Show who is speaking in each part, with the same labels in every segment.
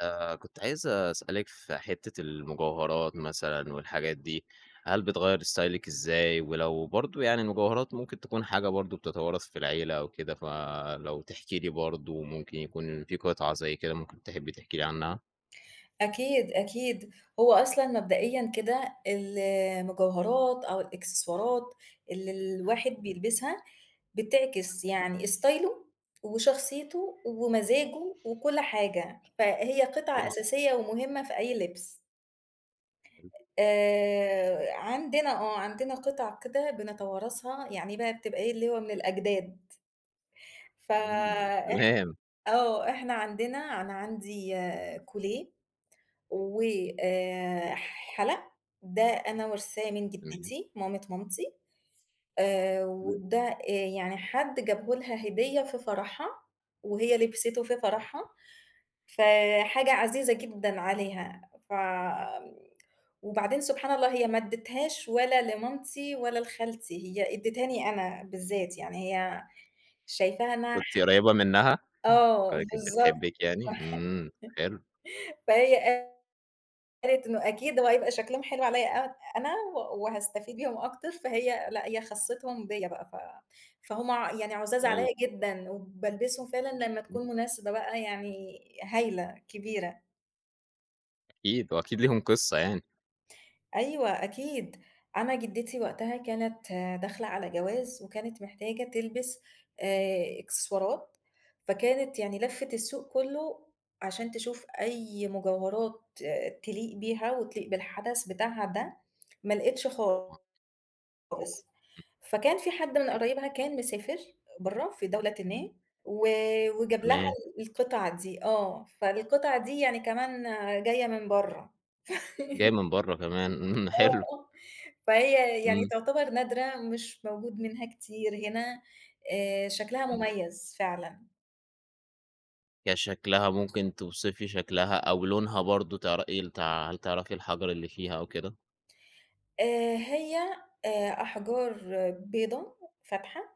Speaker 1: كنت عايز أسألِك في حتّة المجوهرات مثلًا والحاجات دي، هل بتغيّر ستايلِك إزاي؟ ولو برضه يعني المجوهرات ممكن تكون حاجة برضه بتتوارث في العيلة أو كده، فلو تحكي لي برضه ممكن يكون في قطعة زي كده ممكن تحبّي تحكي لي عنها؟
Speaker 2: أكيد، أكيد. هو أصلًا مبدئيًا كده المجوهرات أو الإكسسوارات اللي الواحد بيلبسها بتعكس يعني ستايله وشخصيته ومزاجه وكل حاجة، فهي قطعة
Speaker 1: طبعًا.
Speaker 2: أساسية ومهمة في أي لبس.
Speaker 1: حلو،
Speaker 2: عندنا قطع كده بنتوارثها، يعني بقى بتبقى إيه، اللي هو من الأجداد.
Speaker 1: إمم،
Speaker 2: فإح
Speaker 1: تمام،
Speaker 2: إحنا عندنا أنا عندي كوليه و آآ حَلَق، ده أنا وارثاه من
Speaker 1: تمام،
Speaker 2: جدتي مامة مامتي،
Speaker 1: إمم،
Speaker 2: وده يعني حد جابه لها هدية في فرحها، وهي لبسته في فرحها، فحاجة عزيزة جدًا عليها، وبعدين سبحان الله هي ما ادّتهاش ولا لمامتي ولا لخالتي، هي ادّتهاني أنا بالذات، يعني هي شايفاها إنها
Speaker 1: كنتِ
Speaker 2: ح
Speaker 1: قريّبة منّها؟
Speaker 2: آه
Speaker 1: كانت
Speaker 2: بالضبط.
Speaker 1: بتحبِّك يعني؟ إمم، حلو،
Speaker 2: فهي قالت إنه أكيد هو هيبقى شكلهم حلو عليَّ أنا و وهاستفيد بيهم أكتر، فهي لأ، هي خَصِّتهم بيّا بقى، ف فهُم يعني عُزاز عليَّ
Speaker 1: حلو،
Speaker 2: جدًا، وبالبسهم فعلًا لمّا
Speaker 1: إمم،
Speaker 2: تكون مناسبة بقى يعني هايلة كبيرة.
Speaker 1: أكيد وأكيد ليهم قصّة يعني،
Speaker 2: أيوه أكيد. أنا جدتي وقتها كانت داخلة على جواز، وكانت محتاجة تلبس إكسسوارات، فكانت يعني لفِّت السوق كُلّه عشان تشوف أي مجوهرات تليق بيها وتليق بالحدث بتاعها ده، ما لقيتش خالص.
Speaker 1: طبعًا،
Speaker 2: خالص. فكان في حد من قرايبها كان مسافر برّه في دولةٍ ما و وجاب لها
Speaker 1: تمام،
Speaker 2: القطع دي. فالقطع دي يعني كمان جاية من برّه.
Speaker 1: جاي من برّه كمان، إمم، حلو،
Speaker 2: آه، فهي يعني
Speaker 1: إمم،
Speaker 2: تعتبر نادرة مش موجود منها كتير هنا، شكلها
Speaker 1: إمم.
Speaker 2: مميز فعلًا.
Speaker 1: كشكلها ممكن توصفي شكلها أو لونها برضه تعر إيه تع هل تعرفي الحجر اللي فيها أو كده؟
Speaker 2: هي أحجار بيضا فاتحة،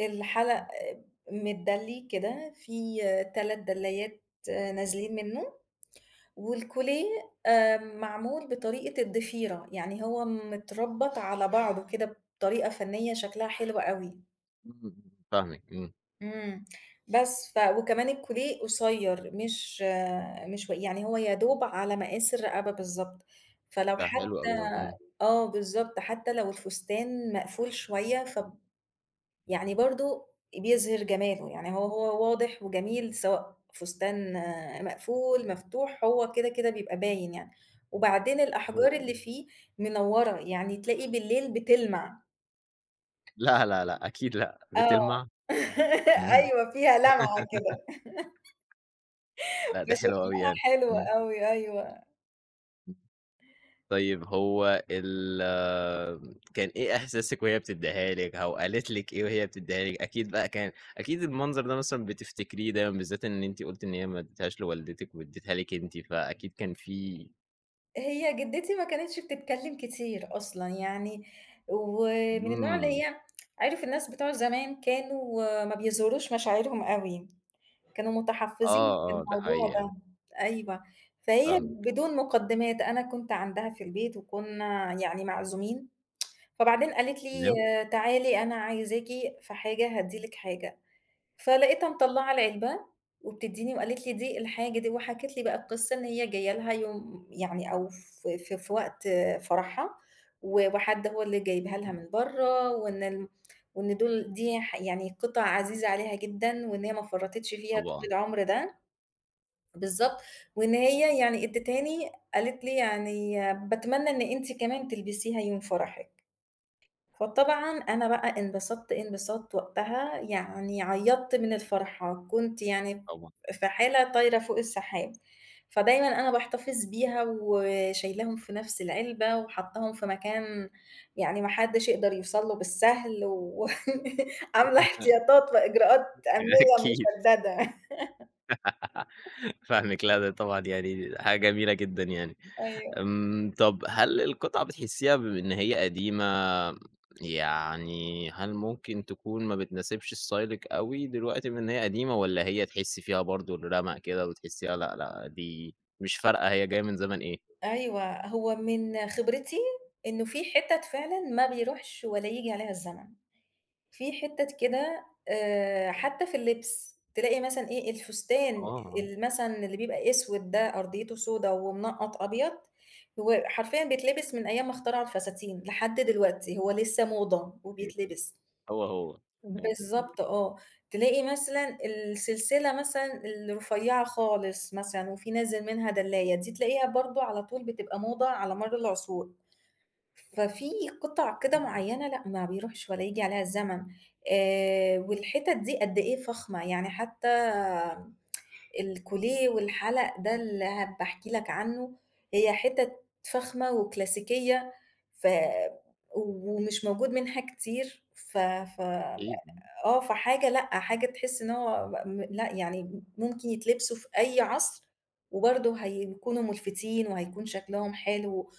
Speaker 2: الحلق متدلي كده، في 3 دلايات نازلين منه. والكوليه معمول بطريقة الضفيرة، يعني هو متربّط على بعضه كده بطريقة فنية شكلها حلو أوي.
Speaker 1: إمم، إمم، فاهمِك، إمم،
Speaker 2: إمم. بس، وكمان الكوليه قصيّر مش مش و يعني هو يا دوب على مقاس الرقبة بالضبط، فلو
Speaker 1: ده حلو
Speaker 2: حتى
Speaker 1: أوي ده، إمم،
Speaker 2: آه بالضبط، حتى لو الفستان مقفول شوية، يعني برضه بيظهر جماله، يعني هو واضح وجميل سواء فستان مقفول، مفتوح، هو كده، كده بيبقى باين يعني. وبعدين
Speaker 1: أيوه
Speaker 2: الأحجار
Speaker 1: طبعًا.
Speaker 2: اللي فيه منوّرة، يعني تلاقي بالليل بتلمع.
Speaker 1: لأ، لأ، لأ، أكيد لأ،
Speaker 2: آه.
Speaker 1: بتلمع؟ إمم.
Speaker 2: أيوه، فيها لمعة كده.
Speaker 1: لأ، ده حلو أوي
Speaker 2: فشكلها
Speaker 1: يعني.
Speaker 2: حلو
Speaker 1: إمم،
Speaker 2: أوي، أيوه.
Speaker 1: إمم. طيب هو ال آمم، كان إيه إحساسِك وهي بتدّيها لِك أو قالت لِك إيه وهي بتدّيها لِك؟ أكيد بقى كان أكيد المنظر ده مثلًا بتفتكريه دايمًا، بالذات إن أنتِ قُلتِ إن هي ما ادّتهاش لوالدتِك وادّتها لِك أنتِ، فأكيد كان في
Speaker 2: هي جدتي ما كانتش بتتكلم كتير أصلًا يعني، ومن النوع اللي
Speaker 1: إمم.
Speaker 2: هي عارف الناس بتوع زمان كانوا ما بيظهروش مشاعرهم أوي. كانوا متحفّظين
Speaker 1: آه،
Speaker 2: في
Speaker 1: آه، ده
Speaker 2: الموضوع
Speaker 1: حقيقي أنا
Speaker 2: ده. أيوه. فهي
Speaker 1: فاهمِك،
Speaker 2: بدون مقدمات، أنا كنت عندها في البيت وكنا يعني معزومين، فبعدين قالت لي
Speaker 1: تمام،
Speaker 2: تعالي أنا عايزاكِ في حاجة هادّي لِك حاجة. فلقيتها مطلّعة العلبة وبتدّيني وقالت لي دي الحاجة دي وحكِت لي بقى القصّة إن هي جاية لها يوم يعني أو في وقت فرحها و وحد هو اللي جايبها لها من برّه وإن دول دي يعني قطع عزيزة عليها جدًا وإن هي ما فرّطِتش فيها طول
Speaker 1: طبعًا،
Speaker 2: العمر ده. بالضبط. وإن هي يعني ادّتهاني قالت لي يعني باتمنى إن أنتِ كمان تلبسيها يوم فرحِك. فطبعًا أنا بقى انبسطت انبساط وقتها، يعني عيّطت من الفرحة، كنت يعني
Speaker 1: طبعًا.
Speaker 2: في حالة طايرة فوق السحاب، فدايمًا أنا باحتفظ بيها وشايلاهم في نفْس العلبة وحاطاهم في مكان يعني ما حدّش يقدر يوصل له بالسهل و عاملة احتياطات وإجراءات أمنية
Speaker 1: أكيد.
Speaker 2: مشددة.
Speaker 1: فاهمِك، لأ ده طبعًا يعني حاجة جميلة جدًا يعني.
Speaker 2: أيوه،
Speaker 1: آمم، طب هل القطعة بتحسيها بما إن هي قديمة، يعني هل ممكن تكون ما بتناسبش ستايلِك أوي دلوقتي بما إن هي قديمة، والّا هي تحسي فيها برضه الرَمق كده وتحسيها لأ، لأ دي مش فارقة هي جاية من زمن إيه؟
Speaker 2: أيوه، هو من خبرتي إنه في حِتَت فعلًا ما بيروحش ولا ييجي عليها الزمن. في حتت كده حتى في اللبس، تلاقي مثلًا إيه، الفستان
Speaker 1: آه،
Speaker 2: مثلًا اللي بيبقى أسود ده أرضيته سودا ومنقّط أبيض، هو حرفيًا بيتلبس من أيام ما اخترعوا الفساتين لحد دلوقتي، هو لسه موضة
Speaker 1: أيوه،
Speaker 2: وبيتلبس.
Speaker 1: هو، هو، تمام،
Speaker 2: بالضبط آه. تلاقي مثلًا السلسلة مثلًا الرفيّعة خالص مثلًا وفي نازل منها دلاية، دي تلاقيها برضه على طول بتبقى موضة على مَر العصور. ففي قطع كده معيّنة لأ، ما بيروحش ولا ييجي عليها الزمن، والحتت دي قد إيه فخمة، يعني حتى الكوليه والحلق ده اللي باحكي لك عنه، هي حتت فخمة وكلاسيكية، ف ومش موجود منها كتير. ف ف
Speaker 1: أكيد،
Speaker 2: آه، فحاجة لأ، حاجة تحس إن هو لأ، يعني ممكن يتلبسوا في أي عصر وبرضه هيكونوا ملفتين وهيكون شكلهم حلو،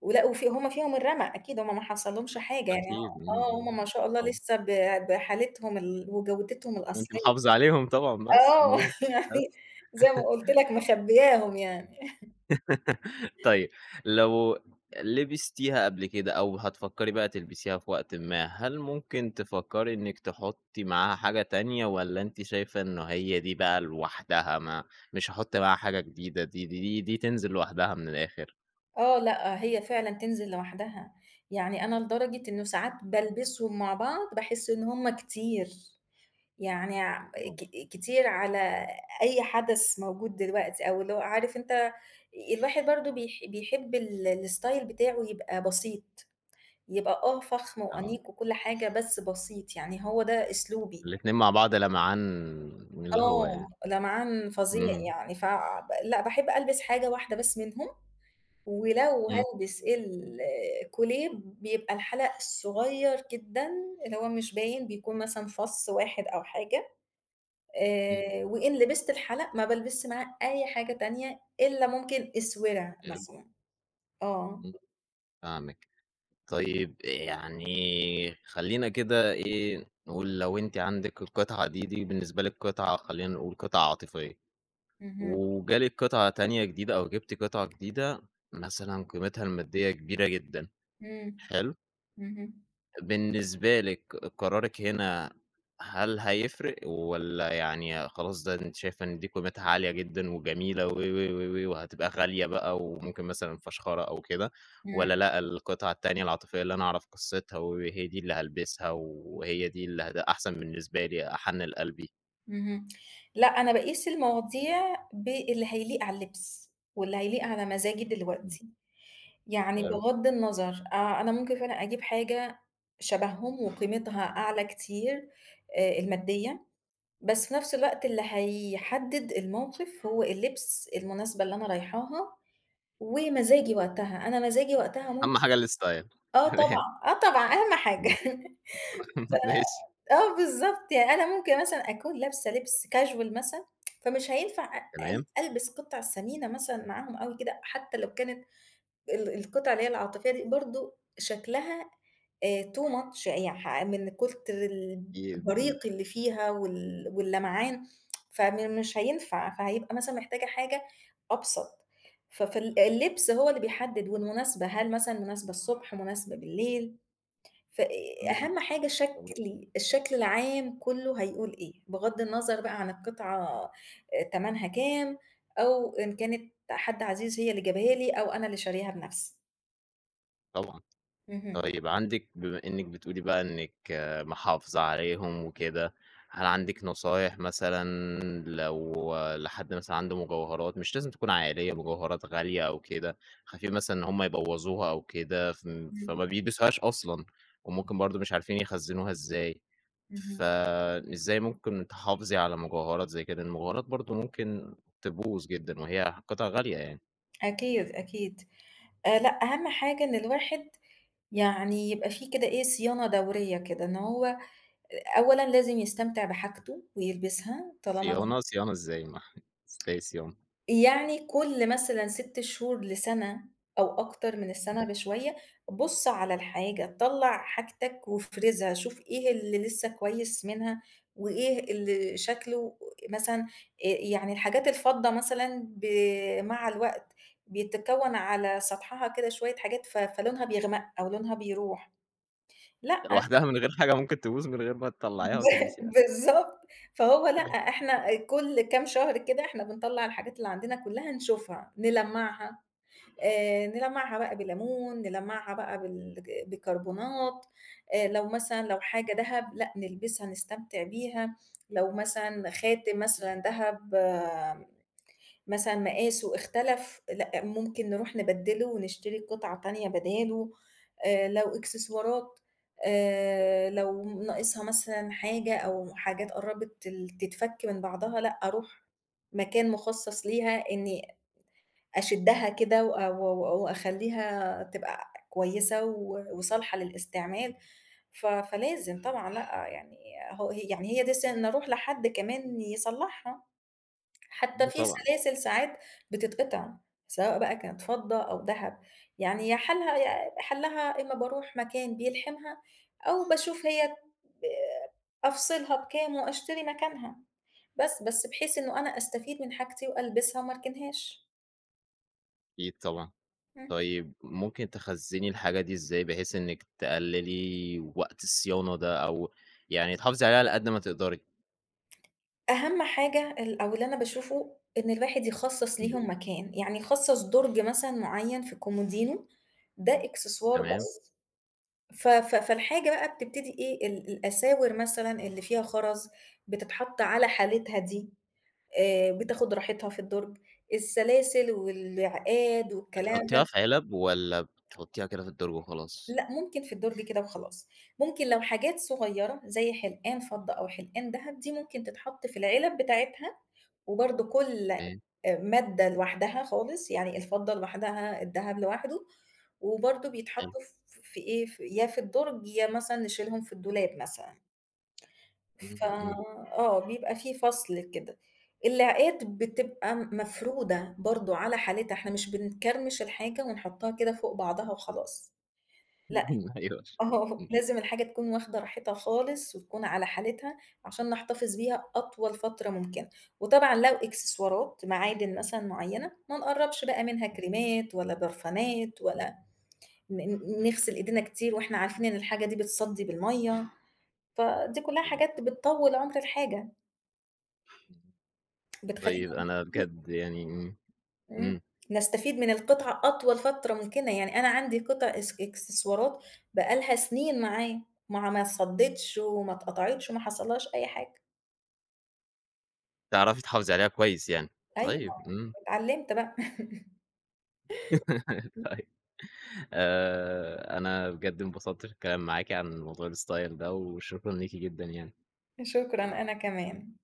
Speaker 2: ولأ، وفي هم فيهم الرَمق أكيد هم ما حصلهمش حاجة يعني
Speaker 1: أكيد، إمم،
Speaker 2: آه،
Speaker 1: إمم،
Speaker 2: هم ما
Speaker 1: إمم،
Speaker 2: شاء الله
Speaker 1: طبعًا،
Speaker 2: لسه ب بحالتهم وجودتهم
Speaker 1: وأنتِ
Speaker 2: الأصلية.
Speaker 1: محافظة عليهم طبعًا بس،
Speaker 2: آه.
Speaker 1: إمم،
Speaker 2: يعني
Speaker 1: بس.
Speaker 2: زي ما قُلت لك مخبياهم يعني.
Speaker 1: طيب لو لبستيها قبل كده أو هتفكّري بقى تلبسيها في وقتٍ ما، هل ممكن تفكّري إنِّك تحُطّي معاها حاجة تانية والّا أنتِ شايفة إنه هي دي بقى لوحدها ما مش هاحُط معاها حاجة جديدة، دي تنزل لوحدها من الآخر؟
Speaker 2: آه، لأ، هي فعلًا تنزل لوحدها، يعني أنا لدرجة إنه ساعات بالبسهم مع بعض باحس إن هم كتير. يعني ع
Speaker 1: آه،
Speaker 2: ك كتير على أي حدث موجود دلوقتي، أو اللي هو عارف أنت الواحد برضه بيحب ال الstyle بتاعه يبقى بسيط، يبقى فخم
Speaker 1: فاهمِك.
Speaker 2: وأنيق وكل حاجة بس بسيط، يعني هو ده أسلوبي.
Speaker 1: الاتنين مع بعض لمعان من اللي هو
Speaker 2: آه،
Speaker 1: يعني.
Speaker 2: لمعان فظيع
Speaker 1: إمم.
Speaker 2: يعني، ف ب لأ باحب ألبس حاجة واحدة بس منهم، ولو
Speaker 1: إمم،
Speaker 2: هالبس الكوليه بيبقى الحلق صغير جدًا، اللي هو مش باين، بيكون مثلًا فَص واحد أو حاجة.
Speaker 1: إمم،
Speaker 2: وإن لبست الحلق ما بالبسش معاه أي حاجة تانية إلا ممكن أسورة
Speaker 1: حلو،
Speaker 2: مثلًا. آه.
Speaker 1: إمم، فاهمِك. طيب يعني خلّينا كده إيه، نقول لو أنتِ عندِك القطعة دي، دي بالنسبة لِك قطعة خلّينا نقول قطعة عاطفية،
Speaker 2: اهم.
Speaker 1: وجالِك قطعة تانية جديدة أو جبتِ قطعة جديدة مثلًا قيمتها المادية كبيرة جدًا،
Speaker 2: إمم.
Speaker 1: حلو؟
Speaker 2: اهم.
Speaker 1: بالنسبة لِك قرارِك هنا هل هيفرق والّا يعني خلاص ده أنتِ شايفة إن دي قيمتها عالية جدًا وجميلة و، و، و، و، وهتبقى غالية بقى وممكن مثلًا فشخرة أو كده،
Speaker 2: إمم.
Speaker 1: والّا لأ القطعة التانية العاطفية اللي أنا أعرف قصتها وهي دي اللي هالبسها وهي دي اللي أحسن بالنسبة لي أحنّن لقلبي؟
Speaker 2: اهم. لأ، أنا باقيس المواضيع باللي هيليق على اللبس، واللي هيليق على مزاجي
Speaker 1: إمم،
Speaker 2: دلوقتي. يعني
Speaker 1: حلو،
Speaker 2: بغض النظر أنا ممكن فعلًا أجيب حاجة شبههم وقيمتها أعلى كتير المادية، بس في نفس الوقت اللي هيحدد الموقف هو اللبس المناسبة اللي أنا رايحاها ومزاجي وقتها، أنا مزاجي وقتها
Speaker 1: أهم
Speaker 2: ممكن
Speaker 1: حاجة الstyle.
Speaker 2: آه
Speaker 1: تمام،
Speaker 2: طبعًا، آه طبعًا أهم حاجة.
Speaker 1: إمم، ماشي،
Speaker 2: آه بالضبط، يعني أنا ممكن مثلًا أكون لابسة لبس casual مثلًا، فمش هينفع أ
Speaker 1: تمام،
Speaker 2: أل ألبس قطع ثمينة مثلًا معاهم أوي كده، حتى لو كانت القطع اللي هي العاطفية دي برضه شكلها too much يع ح من كتر
Speaker 1: أكيد، إمم،
Speaker 2: البريق اللي فيها واللمعان مش هينفع، فهيبقى مثلًا محتاجة حاجة أبسط. فال اللبس هو اللي بيحدد والمناسبة، هل مثلًا مناسبة الصبح، مناسبة بالليل، ف
Speaker 1: إمم،
Speaker 2: أهم حاجة
Speaker 1: طبعًا،
Speaker 2: شكلي الشكل العام كلّه هيقول إيه، بغض النظر بقى عن القطعة تمنها كام، أو إن كانت حد عزيز هي اللي جابها لي أو أنا اللي شارياها بنفسي.
Speaker 1: طبعًا.
Speaker 2: اهم.
Speaker 1: طيب عندِك بما إنِّك بتقولي بقى إنِّك آه، محافظة عليهم وكده، هل عندِك نصايح مثلًا لو آه، لحد مثلًا عنده مجوهرات مش لازم تكون عائلية، مجوهرات غالية أو كده، خايفين مثلًا إن هم يبوّظوها أو كده
Speaker 2: إمم.
Speaker 1: فما بيلبسوهاش أصلًا، وممكن برضه مش عارفين يخزّنوها إزاي،
Speaker 2: اهم.
Speaker 1: فإزاي ممكن تحافظي على مجوهرات زي كده؟ المجوهرات برضه ممكن تبوظ جدًا وهي قطع غالية يعني،
Speaker 2: أكيد، أكيد. لأ، أهم حاجة إن الواحد يعني يبقى في كده إيه، صيانة دورية كده، إن هو أولًا لازم يستمتع بحاجته ويلبسها طالما
Speaker 1: صيانة، صيانة إزاي؟ ما إزاي صيانة؟
Speaker 2: يعني كل مثلًا 6 شهور لسَنة أو أكتر من السَنة بشوية، بُص على الحاجة، طلّع حاجتك وافرزها، شوف إيه اللي لسه كويس منها وإيه اللي شكله مثلًا يعني الحاجات الفضة مثلًا مع الوقت بيتكوّن على سطحها كده شوية حاجات فلونها بيغمق أو لونها بيروح. لأ.
Speaker 1: ده لوحدها من غير حاجة ممكن تبوظ من غير ما تطلّعيها
Speaker 2: ب
Speaker 1: وتلمسيها؟
Speaker 2: بالضبط. فهو لأ، إحنا كل كام شهر كده إحنا بنطلّع الحاجات اللي عندنا كلّها نشوفها، نلمّعها. نلمّعها بقى بليمون، نلمّعها بقى بيكربونات، لو مثلًا لو حاجة دهب، لأ نلبسها نستمتع بيها، لو مثلًا خاتم مثلًا دهب مثلًا مقاسه اختلف، لأ ممكن نروح نبدّله ونشتري قطعة تانية بداله، لو إكسسوارات لو ناقصها مثلًا حاجة أو حاجات قرّبت تتفك من بعضها، لأ أروح مكان مخصص ليها إن أشدّها كده وأ و و وأخلّيها تبقى كويسة و وصالحة للاستعمال، فلازم طبعًا لأ، يعني هو هي يعني هي دي سِنّ أروح لحد كمان يصلّحها، حتى
Speaker 1: إمم
Speaker 2: في
Speaker 1: طبعًا،
Speaker 2: سلاسل ساعات بتتقطع، سواء بقى كانت فضة أو دهب، يعني يا حالها يا حلّها إمّا باروح مكان بيلحمها أو باشوف هي ب أفصلها بكام وأشتري مكانها، بس بحيث إنه أنا أستفيد من حاجتي وألبسها وما أركنهاش.
Speaker 1: أكيد طبعًا.
Speaker 2: إمم.
Speaker 1: طيب ممكن تخزّني الحاجة دي إزاي بحيث إنِّك تقلّلي وقت الصيانة ده أو يعني تحافظي عليها على قد ما تقدري؟
Speaker 2: أهم حاجة أو اللي أنا باشوفه، إن الواحد يخصّص
Speaker 1: إمم.
Speaker 2: ليهم مكان، يعني يخصّص درج مثلًا معيّن في كومودينو ده إكسسوار
Speaker 1: تمام،
Speaker 2: بس، ف ف فالحاجة بقى بتبتدي إيه، الأساور مثلًا اللي فيها خرز بتتحط على حالتها دي، بتاخد راحتها في الدرج، السلاسل والعقاد والكلام ده،
Speaker 1: بتحطّيها في علب والّا بتحطّيها كده في الدرج وخلاص؟
Speaker 2: لأ ممكن في الدرج كده وخلاص، ممكن لو حاجات صغيّرة زي حلقان فضة أو حلقان دهب دي ممكن تتحط في العلب بتاعتها وبرضه كل
Speaker 1: تمام،
Speaker 2: مادة لوحدها خالص، يعني الفضة لوحدها، الدهب لوحده، وبرضه
Speaker 1: حلو.
Speaker 2: بيتحطّوا في إيه، يا في الدُرج يا مثلًا نشيلهم في الدولاب مثلًا. ف
Speaker 1: إمم، إمم.
Speaker 2: آه، بيبقى في فصل كده. اللعقات بتبقى مفرودة برضه على حالتها، إحنا مش بنكرمش الحاجة ونحطّها كده فوق بعضها وخلاص، لأ
Speaker 1: أيوه.
Speaker 2: آه،
Speaker 1: إمم،
Speaker 2: لازم الحاجة تكون واخدة راحتها خالص وتكون على حالتها عشان نحتفظ بيها أطول فترة ممكنة، وطبعًا لو إكسسوارات معادن مثلًا معيّنة ما نقرّبش بقى منها
Speaker 1: إمم.
Speaker 2: كريمات ولا برفانات ولا ن ن نغسل إيدينا كتير وإحنا عارفين إن الحاجة دي بتصدّي بالمَيّة، فدي كلّها حاجات بتطوّل عُمر الحاجة، بتخلّينا
Speaker 1: طيب أنا بجد يعني إمم،
Speaker 2: إمم،
Speaker 1: إمم.
Speaker 2: نستفيد من القطعة أطول فترة ممكنة، يعني أنا عندي قطع إكسسوارات بقى لها سنين معايا، ما اتصدِّتش وما اتقطعتش وما حصلهاش أي حاجة.
Speaker 1: تعرفي تحافظي عليها كويس يعني.
Speaker 2: أيوه،
Speaker 1: طيب، إمم.
Speaker 2: اتعلِّمت بقى.
Speaker 1: أنا بجد انبسطت في الكلام معاكِ عن موضوع الstyle ده، وشكرًا ليكِ جدًا يعني.
Speaker 2: شكرًا، أنا كمان.